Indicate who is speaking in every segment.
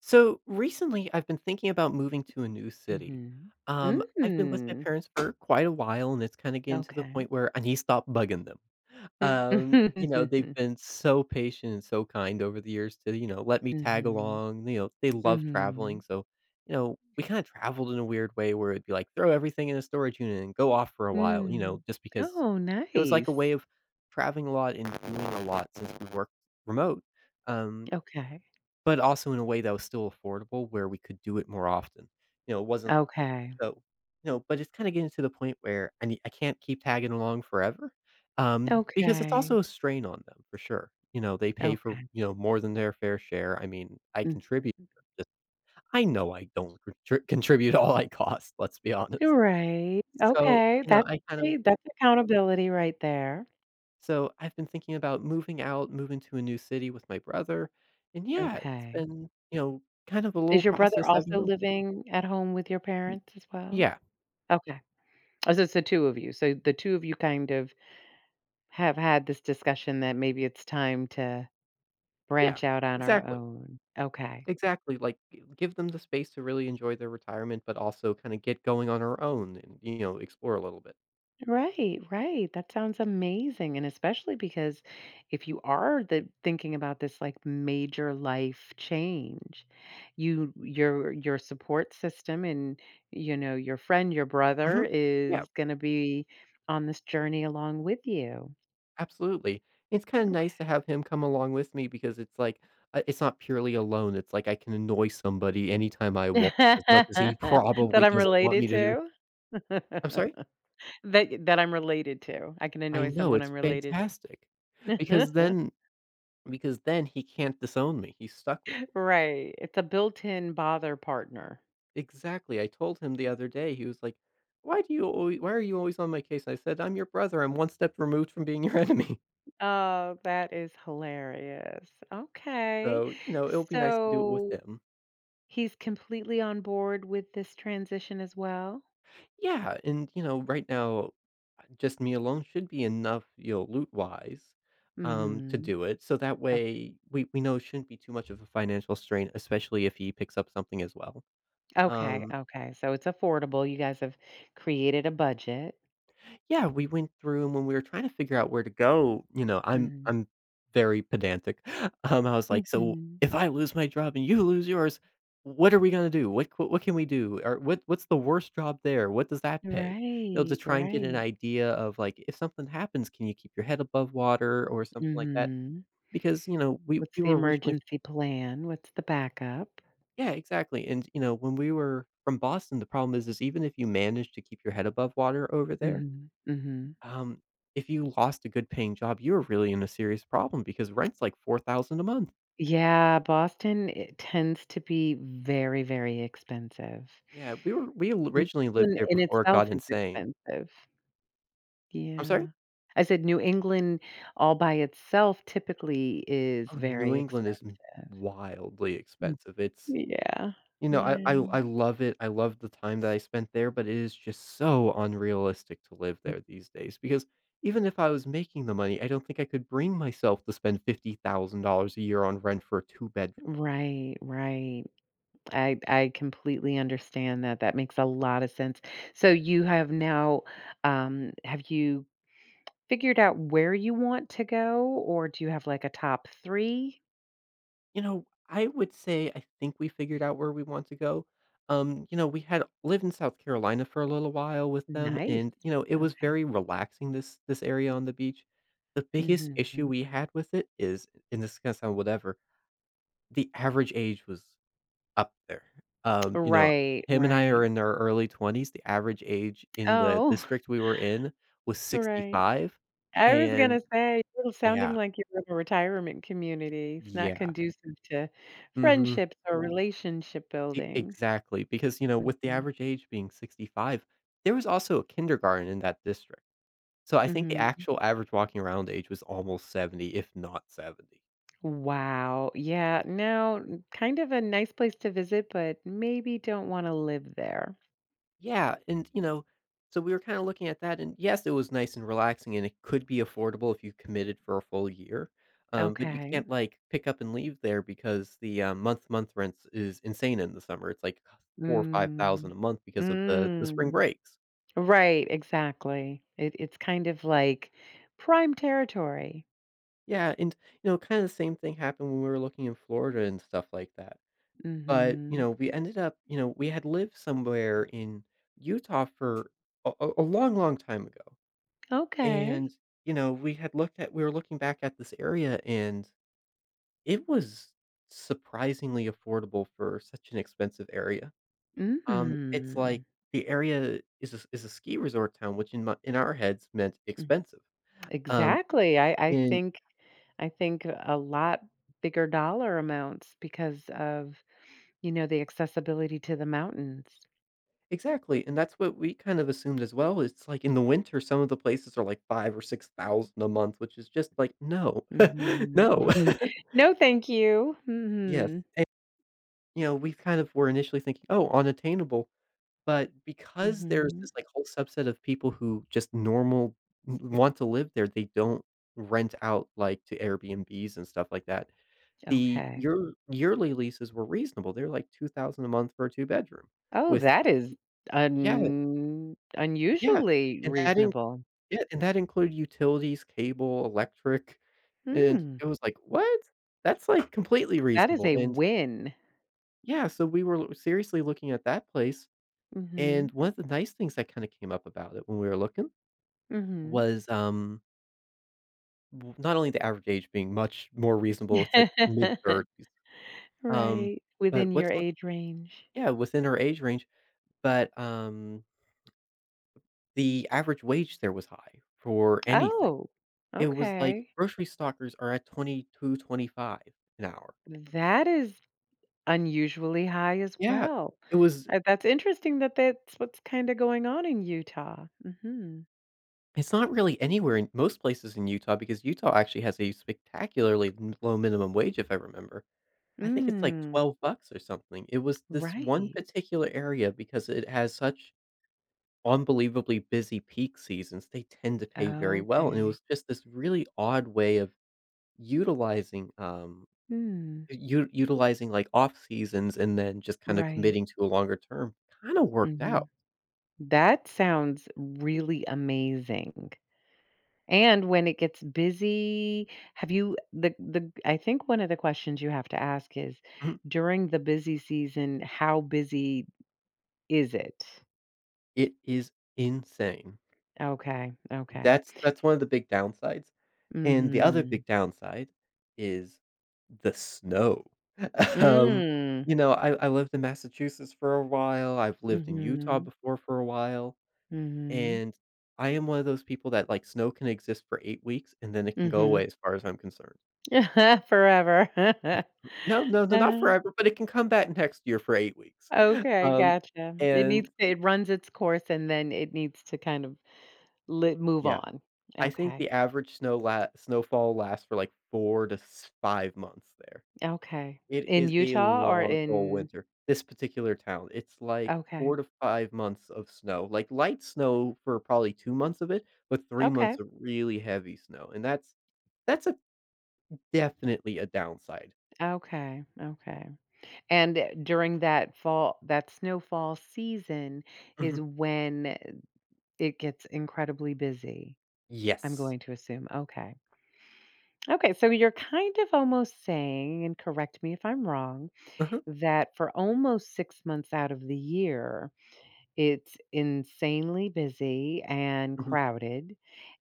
Speaker 1: So recently, I've been thinking about moving to a new city.
Speaker 2: Mhm.
Speaker 1: I've been with my
Speaker 2: Mm.
Speaker 1: parents for quite a while, and it's kind of getting to the
Speaker 2: Okay.
Speaker 1: point where I need to stop bugging them. They've been so patient and so kind over the years to, let me tag
Speaker 2: Mhm.
Speaker 1: along. They love traveling.
Speaker 2: Mhm.
Speaker 1: So, we kind of traveled in a weird way where it'd be like throw everything in a storage unit and go off for a while,
Speaker 2: Mm.
Speaker 1: just because
Speaker 2: Oh,
Speaker 1: it was like a way
Speaker 2: nice.
Speaker 1: of traveling a lot and doing a lot since we worked remote. Um,
Speaker 2: Okay.
Speaker 1: but also in a way that was still affordable where we could do it more often. It wasn't
Speaker 2: Okay.
Speaker 1: so, but it's kinda getting to the point where I can't keep tagging along forever, because it's
Speaker 2: Okay.
Speaker 1: also a strain on them for sure. They pay for,
Speaker 2: Okay.
Speaker 1: more than their fair share. I mean, I
Speaker 2: Mm.
Speaker 1: contribute, but I know I don't contribute all I cost, let's be honest.
Speaker 2: Right.
Speaker 1: So,
Speaker 2: Okay.
Speaker 1: you know,
Speaker 2: That's
Speaker 1: I kind of
Speaker 2: great. That's accountability right there.
Speaker 1: so I've been thinking about moving out, moving to a new city with my brother, and yeah, it's
Speaker 2: Okay.
Speaker 1: been, kind of a little
Speaker 2: Is your brother
Speaker 1: process I've been
Speaker 2: also
Speaker 1: going through.
Speaker 2: living at home with your parents as well?
Speaker 1: Yeah,
Speaker 2: Okay. Oh, so it's the two of you. So the two of you kind of have had this discussion that maybe it's time to
Speaker 1: yeah,
Speaker 2: branch out on our
Speaker 1: exactly,
Speaker 2: own. Okay.
Speaker 1: exactly, like, g give them the space to really enjoy their retirement, but also kinda get going on our own and, explore a little bit.
Speaker 2: Right, right. That sounds amazing. And especially because if you are the thinking about this like major life change, your support system and you know, your friend, your brother
Speaker 1: Mhm. Yeah,
Speaker 2: is gonna be on this journey along with you.
Speaker 1: absolutely. It's kinda
Speaker 2: Okay.
Speaker 1: nice to have him come along with me because it's like, it's not purely alone, it's like I can annoy somebody anytime I want as much as he
Speaker 2: That
Speaker 1: probably
Speaker 2: I'm
Speaker 1: doesn't want
Speaker 2: related
Speaker 1: me to do.
Speaker 2: to?
Speaker 1: I'm sorry?
Speaker 2: That I'm related to. I can
Speaker 1: I
Speaker 2: annoy
Speaker 1: know,
Speaker 2: someone I'm
Speaker 1: it's
Speaker 2: related
Speaker 1: fantastic, because
Speaker 2: to.
Speaker 1: then he can't disown me, he's stuck with me.
Speaker 2: Right. It's a built-in bother partner.
Speaker 1: Exactly, I told him the other day, he was like, "Why do you alway why are you always on my case?" I said, "I'm your brother, I'm one step removed from being your enemy."
Speaker 2: Oh, that is hilarious. Okay.
Speaker 1: So, it'll be nice to do it with
Speaker 2: So
Speaker 1: him.
Speaker 2: he's completely on board with this transition as well?
Speaker 1: Yeah, and, right now, just me alone should be enough, loot-wise, to
Speaker 2: Mhm.
Speaker 1: do it, so that
Speaker 2: Okay.
Speaker 1: way we know it shouldn't be too much of a financial strain, especially if he picks up something as well.
Speaker 2: Okay,
Speaker 1: Um
Speaker 2: okay. So it's affordable. You guys have created a budget.
Speaker 1: Yeah, we went through, and when we were trying to figure out where to go, I'm
Speaker 2: Mhm.
Speaker 1: I'm very pedantic. I was like, "So
Speaker 2: Mhm.
Speaker 1: if I lose my job and you lose yours, what are we gonna do? What can we do? Or what's the worst job there? What does that pay?" You know, to
Speaker 2: Right,
Speaker 1: try and get an
Speaker 2: right.
Speaker 1: idea of like if something happens, can you keep your head above water or something like that?
Speaker 2: Mhm.
Speaker 1: Because, we
Speaker 2: What's
Speaker 1: we
Speaker 2: the
Speaker 1: were originally.
Speaker 2: emergency plan? What's the backup?
Speaker 1: Yeah, exactly. And, when we were from Boston, the problem is even if you manage to keep your head above water over there,
Speaker 2: Mhm, mhm.
Speaker 1: Um, if you lost a good paying job, you were really in a serious problem because rent's like 4,000 a month.
Speaker 2: Yeah, Boston, it tends to be very, very expensive.
Speaker 1: Yeah, we were we l-
Speaker 2: New
Speaker 1: originally lived
Speaker 2: England
Speaker 1: there
Speaker 2: in
Speaker 1: before it
Speaker 2: itself
Speaker 1: got
Speaker 2: is
Speaker 1: insane.
Speaker 2: expensive.
Speaker 1: I'm
Speaker 2: Yeah.
Speaker 1: sorry?
Speaker 2: I said New England all by itself typically is
Speaker 1: Oh, New
Speaker 2: very
Speaker 1: England is m
Speaker 2: expensive.
Speaker 1: wildly
Speaker 2: Mm.
Speaker 1: expensive.
Speaker 2: Yeah.
Speaker 1: You know, I
Speaker 2: Yeah.
Speaker 1: I I love it. I love the time that I spent there, but it is just so unrealistic to live there these days because even if I was making the money, I don't think I could bring myself to spend $50,000 a year on rent for a 2 bedroom.
Speaker 2: Right, right. I completely understand that. That makes a lot of sense. So you have now, have you figured out where you want to go, or do you have like a top three?
Speaker 1: You know, I would say I think we figured out where we want to go. We had lived in South Carolina for a little while with them,
Speaker 2: Nice.
Speaker 1: and it was
Speaker 2: Okay.
Speaker 1: very relaxing. This area on the beach. The biggest issue
Speaker 2: Mhm.
Speaker 1: we had with it is, and this is gonna sound whatever, the average age was up there. Um, you know,
Speaker 2: Right,
Speaker 1: Him and I
Speaker 2: right.
Speaker 1: are in our early 20s. The average age in the
Speaker 2: Oh,
Speaker 1: district we were in was
Speaker 2: right.
Speaker 1: 65,
Speaker 2: I was
Speaker 1: and
Speaker 2: gonna say, you're sounding
Speaker 1: yeah,
Speaker 2: like you're in a retirement community. It's not
Speaker 1: yeah,
Speaker 2: conducive to
Speaker 1: mhm.
Speaker 2: friendships or relationship
Speaker 1: E
Speaker 2: building.
Speaker 1: Exactly, because, with the
Speaker 2: Mhm.
Speaker 1: average age being 65, there was also a kindergarten in that district. So I think the
Speaker 2: Mhm.
Speaker 1: actual average walking around age was almost 70, if not 70.
Speaker 2: Wow. Yeah, now, kind of a nice place to visit, but maybe don't wanna live there.
Speaker 1: Yeah, and, so we were kinda looking at that, and yes, it was nice and relaxing, and it could be affordable if you committed for a full year, but you
Speaker 2: Okay.
Speaker 1: can't, like, pick up and leave there because the, month rents is insane in the summer. It's like 4 or
Speaker 2: Mm.
Speaker 1: 5,000 a month because of the spring
Speaker 2: Mm.
Speaker 1: breaks.
Speaker 2: Right, exactly. It's kind of like prime territory.
Speaker 1: Yeah, and, kinda the same thing happened when we were looking in Florida and stuff like that, but,
Speaker 2: Mhm.
Speaker 1: we had lived somewhere in Utah for a long, long time ago, and,
Speaker 2: Okay.
Speaker 1: we were looking back at this area, and it was surprisingly affordable for such an expensive area. It's like
Speaker 2: Mhm.
Speaker 1: the area is a ski resort town, which in our heads meant
Speaker 2: Mm.
Speaker 1: expensive. Um,
Speaker 2: Exactly. I I
Speaker 1: and
Speaker 2: think I think a lot bigger dollar amounts because of, the accessibility to the mountains.
Speaker 1: Exactly, and that's what we kind of assumed as well. It's like in the winter, some of the places are like 5 or 6,000 a month, which is just like, no,
Speaker 2: Mhm.
Speaker 1: no.
Speaker 2: No, thank you.
Speaker 1: Yes,
Speaker 2: Mhm.
Speaker 1: and, we kind of were initially thinking, "Oh, unattainable," but because there's
Speaker 2: Mhm.
Speaker 1: this, like, whole subset of people who just normal w want to live there, they don't rent out, like, to Airbnbs and stuff like that. The
Speaker 2: Okay.
Speaker 1: yearly leases were reasonable. They're like 2,000 a month for a two-bedroom
Speaker 2: Oh,
Speaker 1: with,
Speaker 2: that
Speaker 1: like,
Speaker 2: is
Speaker 1: yeah,
Speaker 2: un
Speaker 1: yeah,
Speaker 2: unusually
Speaker 1: and that
Speaker 2: reasonable.
Speaker 1: Yeah, and that included utilities, cable, electric, and
Speaker 2: Mm.
Speaker 1: it was like, "What? That's, like, completely
Speaker 2: That is
Speaker 1: reasonable,"
Speaker 2: a
Speaker 1: and
Speaker 2: win.
Speaker 1: yeah, so we were seriously looking at that place, and
Speaker 2: Mhm.
Speaker 1: one of the nice things that kinda came up about it when we were looking
Speaker 2: Mhm.
Speaker 1: was, w not only the average age being much more reasonable, it's, like, mid-30s, um,
Speaker 2: Right. Within
Speaker 1: but
Speaker 2: your
Speaker 1: what's not
Speaker 2: age range.
Speaker 1: yeah, within our age range, but, the average wage there was high for anything.
Speaker 2: Oh,
Speaker 1: It was like
Speaker 2: okay.
Speaker 1: grocery stockers are at 22, 25 an hour.
Speaker 2: That is unusually high as
Speaker 1: Yeah,
Speaker 2: well.
Speaker 1: it was
Speaker 2: That's interesting that that's what's kinda going on in Utah. Mhm.
Speaker 1: it's not really anywhere in most places in Utah because Utah actually has a spectacularly n low minimum wage, if I remember. I think it's like
Speaker 2: Mm,
Speaker 1: 12 bucks or something. It was this one
Speaker 2: right.
Speaker 1: particular area because it has such unbelievably busy peak seasons, they tend to pay very well, and it
Speaker 2: Okay.
Speaker 1: was just this really odd way of utilizing, um,
Speaker 2: Hmm,
Speaker 1: utilizing, like, off seasons and then just kinda
Speaker 2: right.
Speaker 1: committing to a longer term. Kinda worked out.
Speaker 2: Mhm. That sounds really amazing. And when it gets busy, have you the I think one of the questions you have to ask is
Speaker 1: Mhm.
Speaker 2: during the busy season, how busy is it?
Speaker 1: It is insane.
Speaker 2: Okay, okay.
Speaker 1: That's one of the big downsides, and the other
Speaker 2: Mhm.
Speaker 1: big downside is the snow. Um,
Speaker 2: Mm.
Speaker 1: I lived in Massachusetts for a while, I've lived in Utah
Speaker 2: Mhm.
Speaker 1: before for a while,
Speaker 2: Mhm.
Speaker 1: and I am one of those people that, like, snow can exist for 8 weeks, and then it can go
Speaker 2: Mhm.
Speaker 1: away as far as I'm concerned.
Speaker 2: Forever.
Speaker 1: No, no, no,
Speaker 2: Uh,
Speaker 1: not forever, but it can come back next year for 8 weeks.
Speaker 2: okay,
Speaker 1: Um,
Speaker 2: gotcha. It needs
Speaker 1: and
Speaker 2: to it runs its course, and then it needs to kind of move
Speaker 1: yeah,
Speaker 2: on.
Speaker 1: I think
Speaker 2: Okay.
Speaker 1: the average snowfall lasts for, like, 4 to s 5 months there.
Speaker 2: Okay.
Speaker 1: It
Speaker 2: In
Speaker 1: is a
Speaker 2: Utah. Or
Speaker 1: long old
Speaker 2: in
Speaker 1: winter. This particular town, it's like 4
Speaker 2: Okay.
Speaker 1: to 5 months of snow, like, light snow for probably 2 months of it, but 3
Speaker 2: Okay.
Speaker 1: months of really heavy snow, and that's a definitely a downside.
Speaker 2: Okay, okay. And, during that snowfall season
Speaker 1: Mhm.
Speaker 2: is when it gets incredibly busy, I'm
Speaker 1: Yes.
Speaker 2: going to assume, okay. Okay, so you're kind of almost saying, and correct me if I'm wrong,
Speaker 1: Uh-huh,
Speaker 2: that for almost 6 months out of the year, it's insanely busy and
Speaker 1: mhm.
Speaker 2: crowded,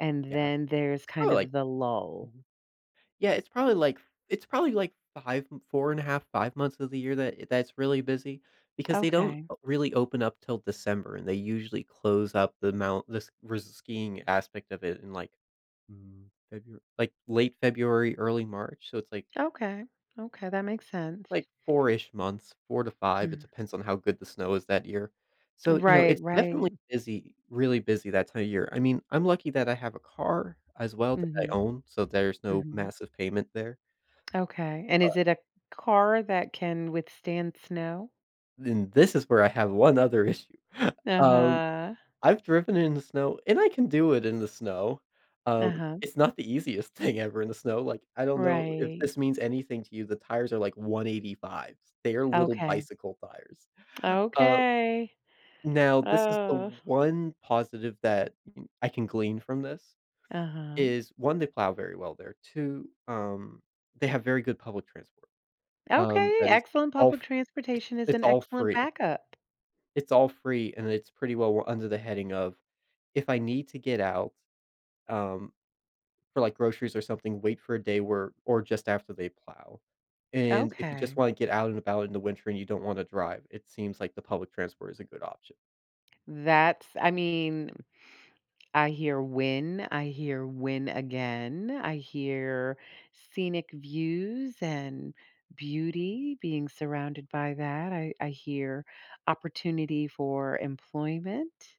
Speaker 2: and
Speaker 1: Yeah.
Speaker 2: then there's
Speaker 1: It's
Speaker 2: kind
Speaker 1: probably
Speaker 2: of
Speaker 1: like
Speaker 2: the lull.
Speaker 1: Yeah, it's probably like it's probably like 5 four and a half, 5 months of the year that that's really busy because they don't
Speaker 2: Okay,
Speaker 1: o really open up till December, and they usually close up the mount this skiing aspect of it in, like, February, like, late February, early March, so it's like
Speaker 2: okay, okay, that makes sense.
Speaker 1: like 4-ish months, 4 to 5, it
Speaker 2: Mm.
Speaker 1: depends on how good the snow is that year. So,
Speaker 2: Right,
Speaker 1: it's
Speaker 2: right.
Speaker 1: definitely busy, really busy that time of year. I mean, I'm lucky that I have a car as well that I
Speaker 2: Mhm.
Speaker 1: own, so there's no
Speaker 2: Mhm.
Speaker 1: massive payment there.
Speaker 2: Okay, and is it a car that can withstand snow?
Speaker 1: Then this is where I have one other issue. Um,
Speaker 2: Uh-huh.
Speaker 1: I've driven in the snow, and I can do it in the snow. Um,
Speaker 2: Uh-huh.
Speaker 1: it's not the easiest thing ever in the snow. Like, I don't know if
Speaker 2: Right.
Speaker 1: this means anything to you. The tires are like 185s. They are little
Speaker 2: Okay.
Speaker 1: bicycle tires. Uh,
Speaker 2: Okay.
Speaker 1: Now, this is the
Speaker 2: Oh.
Speaker 1: one positive that I can glean from this
Speaker 2: Uh-huh.
Speaker 1: is one, they plow very well there. Two, they have very good public transport.
Speaker 2: Okay,
Speaker 1: That is
Speaker 2: excellent
Speaker 1: all.
Speaker 2: public
Speaker 1: It's,
Speaker 2: transportation is
Speaker 1: it's
Speaker 2: an
Speaker 1: all
Speaker 2: excellent
Speaker 1: free.
Speaker 2: backup.
Speaker 1: It's all free, and it's pretty well under the heading of, "If I need to get out, um, for, like, groceries or something, wait for a day where or just after they plow." And if you just
Speaker 2: Okay.
Speaker 1: wanna get out and about in the winter and you don't wanna drive, it seems like the public transport is a good option.
Speaker 2: That's I mean, I hear win again, I hear scenic views and beauty, being surrounded by that. I hear opportunity for employment.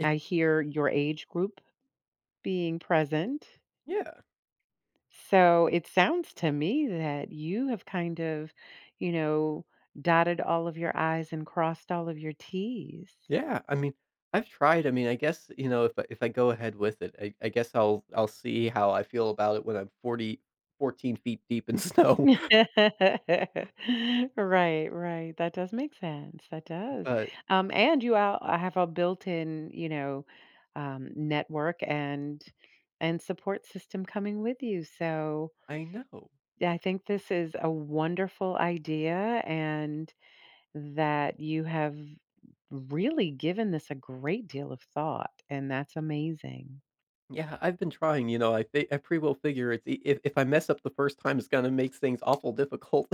Speaker 1: It
Speaker 2: I hear your age group being present.
Speaker 1: Yeah,
Speaker 2: So it sounds to me that you have kind of, you know, dotted all of your I's and crossed all of your T's.
Speaker 1: yeah, I mean, I've tried, I mean, I guess, if I go ahead with it, I guess I'll see how I feel about it when I'm forty fourteen feet deep in snow,
Speaker 2: Right, right. That does make sense. That does.
Speaker 1: but
Speaker 2: And you out I have a built-in, network and support system coming with you. So
Speaker 1: I know.
Speaker 2: yeah, I think this is a wonderful idea and that you have really given this a great deal of thought, and that's amazing.
Speaker 1: Yeah, I've been trying, I pretty well figure it's I if I mess up the first time, it's gonna make things awful difficult.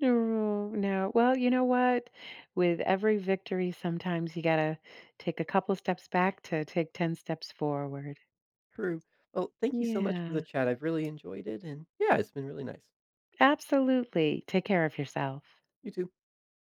Speaker 2: No, no. Well, you know what? With every victory, sometimes you gotta take a couple steps back to take 10 steps forward.
Speaker 1: True. Well, thank you so much for
Speaker 2: Yeah,
Speaker 1: the chat, I've really enjoyed it, and yeah, it's been really nice.
Speaker 2: absolutely. Take care of yourself.
Speaker 1: You too.